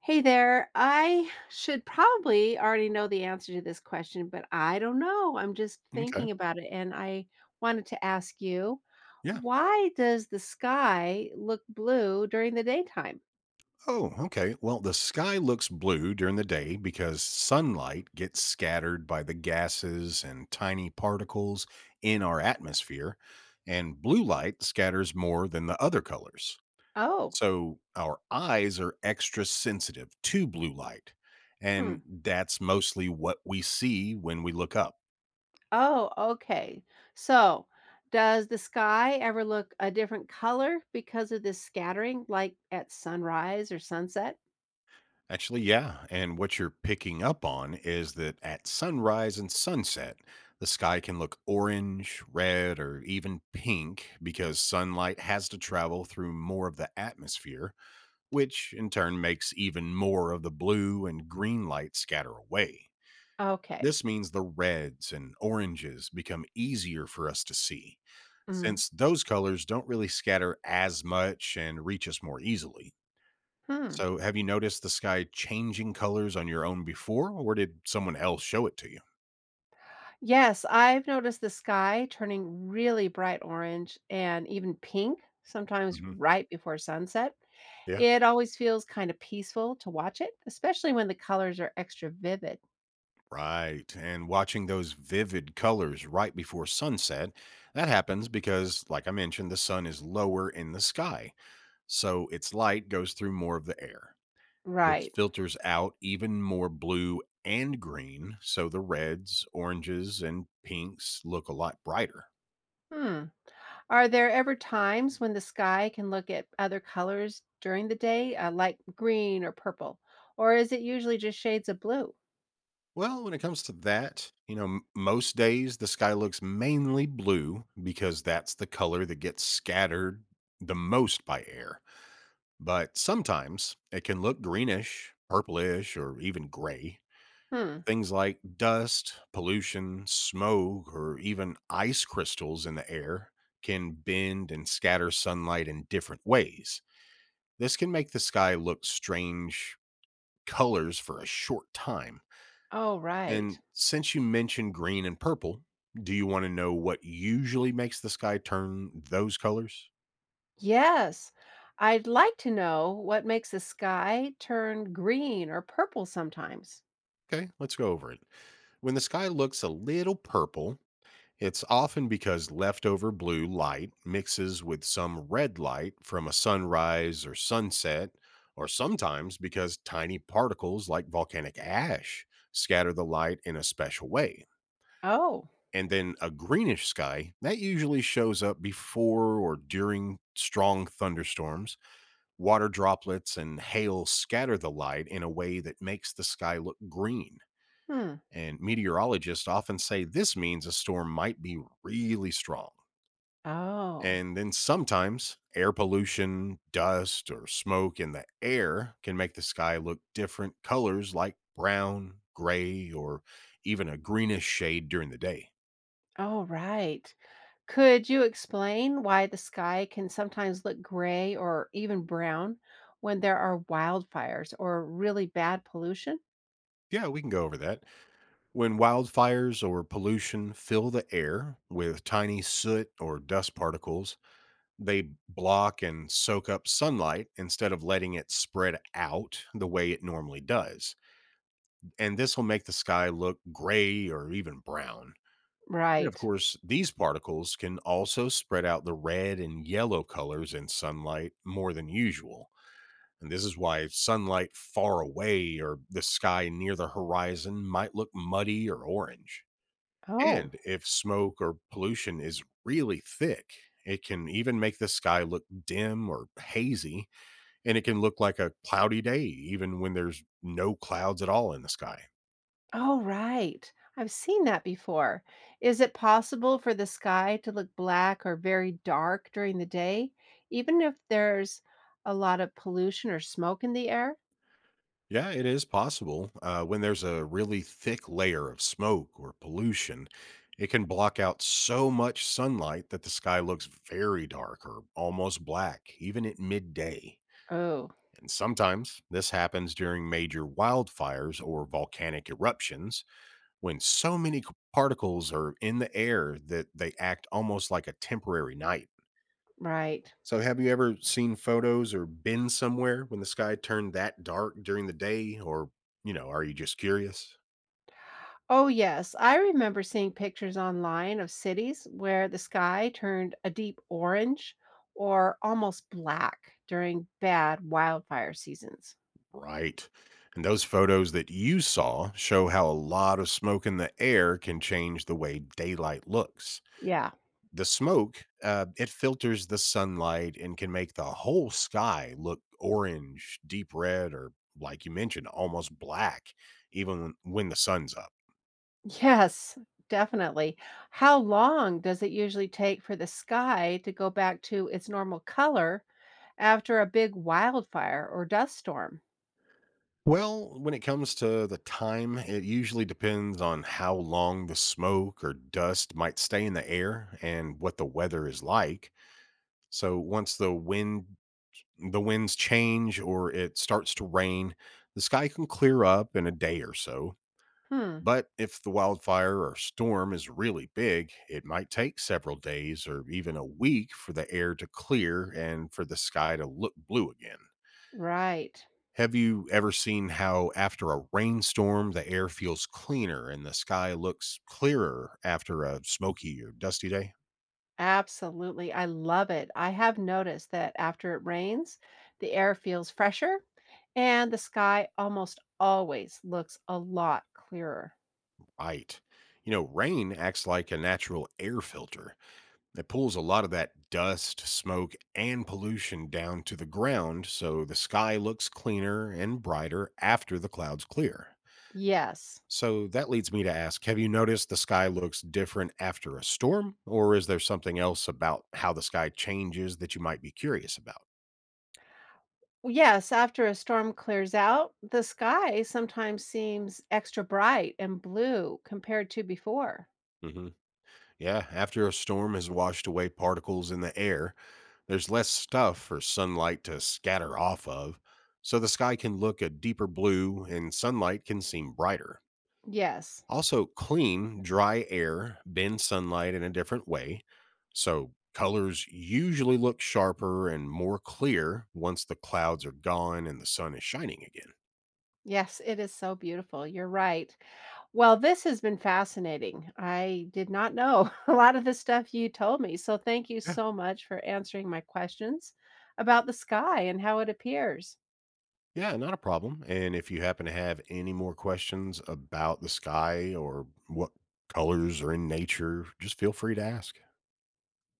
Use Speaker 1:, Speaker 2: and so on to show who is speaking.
Speaker 1: Hey there. I should probably already know the answer to this question, but I don't know. I'm just
Speaker 2: Okay.
Speaker 1: thinking about it. And I wanted to ask you,
Speaker 2: Yeah.
Speaker 1: why does the sky look blue during the daytime?
Speaker 2: Oh, okay. Well, the sky looks blue during the day because sunlight gets scattered by the gases and tiny particles in our atmosphere, and blue light scatters more than the other colors.
Speaker 1: Oh,
Speaker 2: So our eyes are extra sensitive to blue light,
Speaker 1: hmm.
Speaker 2: and that's mostly what we see when we look up.
Speaker 1: Oh, okay. So, does the sky ever look a different color because of this scattering, like at sunrise or sunset?
Speaker 2: Actually, yeah. And what you're picking up on is that at sunrise and sunset, the sky can look orange, red, or even pink because sunlight has to travel through more of the atmosphere, which in turn makes even more of the blue and green light scatter away.
Speaker 1: Okay.
Speaker 2: This means the reds and oranges become easier for us to see,
Speaker 1: Hmm.
Speaker 2: since those colors don't really scatter as much and reach us more easily. So, have you noticed the sky changing colors on your own before, or did someone else show it to you?
Speaker 1: Yes, I've noticed the sky turning really bright orange and even pink, sometimes
Speaker 2: Hmm.
Speaker 1: right before sunset.
Speaker 2: Yeah.
Speaker 1: It always feels kind of peaceful to watch it, especially when the colors are extra vivid.
Speaker 2: Right. And watching those vivid colors right before sunset, that happens because, like I mentioned, the sun is lower in the sky. So, its light goes through more of the air. This
Speaker 1: Right.
Speaker 2: filters out even more blue and green. So, the reds, oranges, and pinks look a lot brighter.
Speaker 1: Hmm. Are there ever times when the sky can look at other colors during the day, like green or purple? Or is it usually just shades of blue?
Speaker 2: Well, when it comes to that, most days the sky looks mainly blue because that's the color that gets scattered the most by air. But sometimes it can look greenish, purplish, or even gray.
Speaker 1: Hmm.
Speaker 2: Things like dust, pollution, smoke, or even ice crystals in the air can bend and scatter sunlight in different ways. This can make the sky look strange colors for a short time.
Speaker 1: Oh,
Speaker 2: And
Speaker 1: right.
Speaker 2: since you mentioned green and purple, do you want to know what usually makes the sky turn those colors?
Speaker 1: Yes, I'd like to know what makes the sky turn green or purple sometimes.
Speaker 2: Okay, let's go over it. When the sky looks a little purple, it's often because leftover blue light mixes with some red light from a sunrise or sunset, or sometimes because tiny particles like volcanic ash scatter the light in a special way.
Speaker 1: Oh,
Speaker 2: And then a greenish sky that usually shows up before or during strong thunderstorms. Water droplets and hail scatter the light in a way that makes the sky look green.
Speaker 1: hmm.
Speaker 2: And meteorologists often say this means a storm might be really strong.
Speaker 1: Oh,
Speaker 2: And then sometimes air pollution, dust, or smoke in the air can make the sky look different colors like brown, gray, or even a greenish shade during the day.
Speaker 1: oh, right. Could you explain why the sky can sometimes look gray or even brown when there are wildfires or really bad pollution?
Speaker 2: Yeah, we can go over that. When wildfires or pollution fill the air with tiny soot or dust particles, they block and soak up sunlight instead of letting it spread out the way it normally does. And this will make the sky look gray or even brown. And of
Speaker 1: Right.
Speaker 2: course, these particles can also spread out the red and yellow colors in sunlight more than usual. And this is why sunlight far away or the sky near the horizon might look muddy or orange.
Speaker 1: Oh.
Speaker 2: And if smoke or pollution is really thick, it can even make the sky look dim or hazy, and it can look like a cloudy day, even when there's no clouds at all in the sky.
Speaker 1: Oh, right. I've seen that before. Is it possible for the sky to look black or very dark during the day, even if there's a lot of pollution or smoke in the air?
Speaker 2: Yeah, it is possible. When there's a really thick layer of smoke or pollution, it can block out so much sunlight that the sky looks very dark or almost black, even at midday.
Speaker 1: Oh,
Speaker 2: And sometimes this happens during major wildfires or volcanic eruptions when so many particles are in the air that they act almost like a temporary night.
Speaker 1: right.
Speaker 2: So, have you ever seen photos or been somewhere when the sky turned that dark during the day? Or, you know, are you just curious?
Speaker 1: Oh, yes. I remember seeing pictures online of cities where the sky turned a deep orange or almost black during bad wildfire seasons.
Speaker 2: Right. And those photos that you saw show how a lot of smoke in the air can change the way daylight looks.
Speaker 1: Yeah.
Speaker 2: The smoke it filters the sunlight and can make the whole sky look orange, deep red, or, like you mentioned, almost black, even when the sun's up.
Speaker 1: Yes, definitely. How long does it usually take for the sky to go back to its normal color after a big wildfire or dust storm?
Speaker 2: Well, when it comes to the time, it usually depends on how long the smoke or dust might stay in the air and what the weather is like. So once the winds change or it starts to rain, the sky can clear up in a day or so.
Speaker 1: Hmm,
Speaker 2: But if the wildfire or storm is really big, it might take several days or even a week for the air to clear and for the sky to look blue again.
Speaker 1: right.
Speaker 2: Have you ever seen how, after a rainstorm, the air feels cleaner and the sky looks clearer after a smoky or dusty day?
Speaker 1: Absolutely. I love it. I have noticed that after it rains, the air feels fresher and the sky almost always looks a lot clearer.
Speaker 2: Right. You know, rain acts like a natural air filter. It pulls a lot of that dust, smoke, and pollution down to the ground, so the sky looks cleaner and brighter after the clouds clear.
Speaker 1: Yes.
Speaker 2: So that leads me to ask, have you noticed the sky looks different after a storm, or is there something else about how the sky changes that you might be curious about?
Speaker 1: Well, yes, after a storm clears out, the sky sometimes seems extra bright and blue compared to before.
Speaker 2: Hmm. Yeah, after a storm has washed away particles in the air, there's less stuff for sunlight to scatter off of, so the sky can look a deeper blue and sunlight can seem brighter.
Speaker 1: Yes,
Speaker 2: Also, clean, dry air bends sunlight in a different way, so colors usually look sharper and more clear once the clouds are gone and the sun is shining again.
Speaker 1: yes, it is so beautiful. You're right. Well, this has been fascinating. I did not know a lot of the stuff you told me. So thank you
Speaker 2: Yeah.
Speaker 1: so much for answering my questions about the sky and how it appears.
Speaker 2: Yeah, not a problem. And if you happen to have any more questions about the sky or what colors are in nature, just feel free to ask.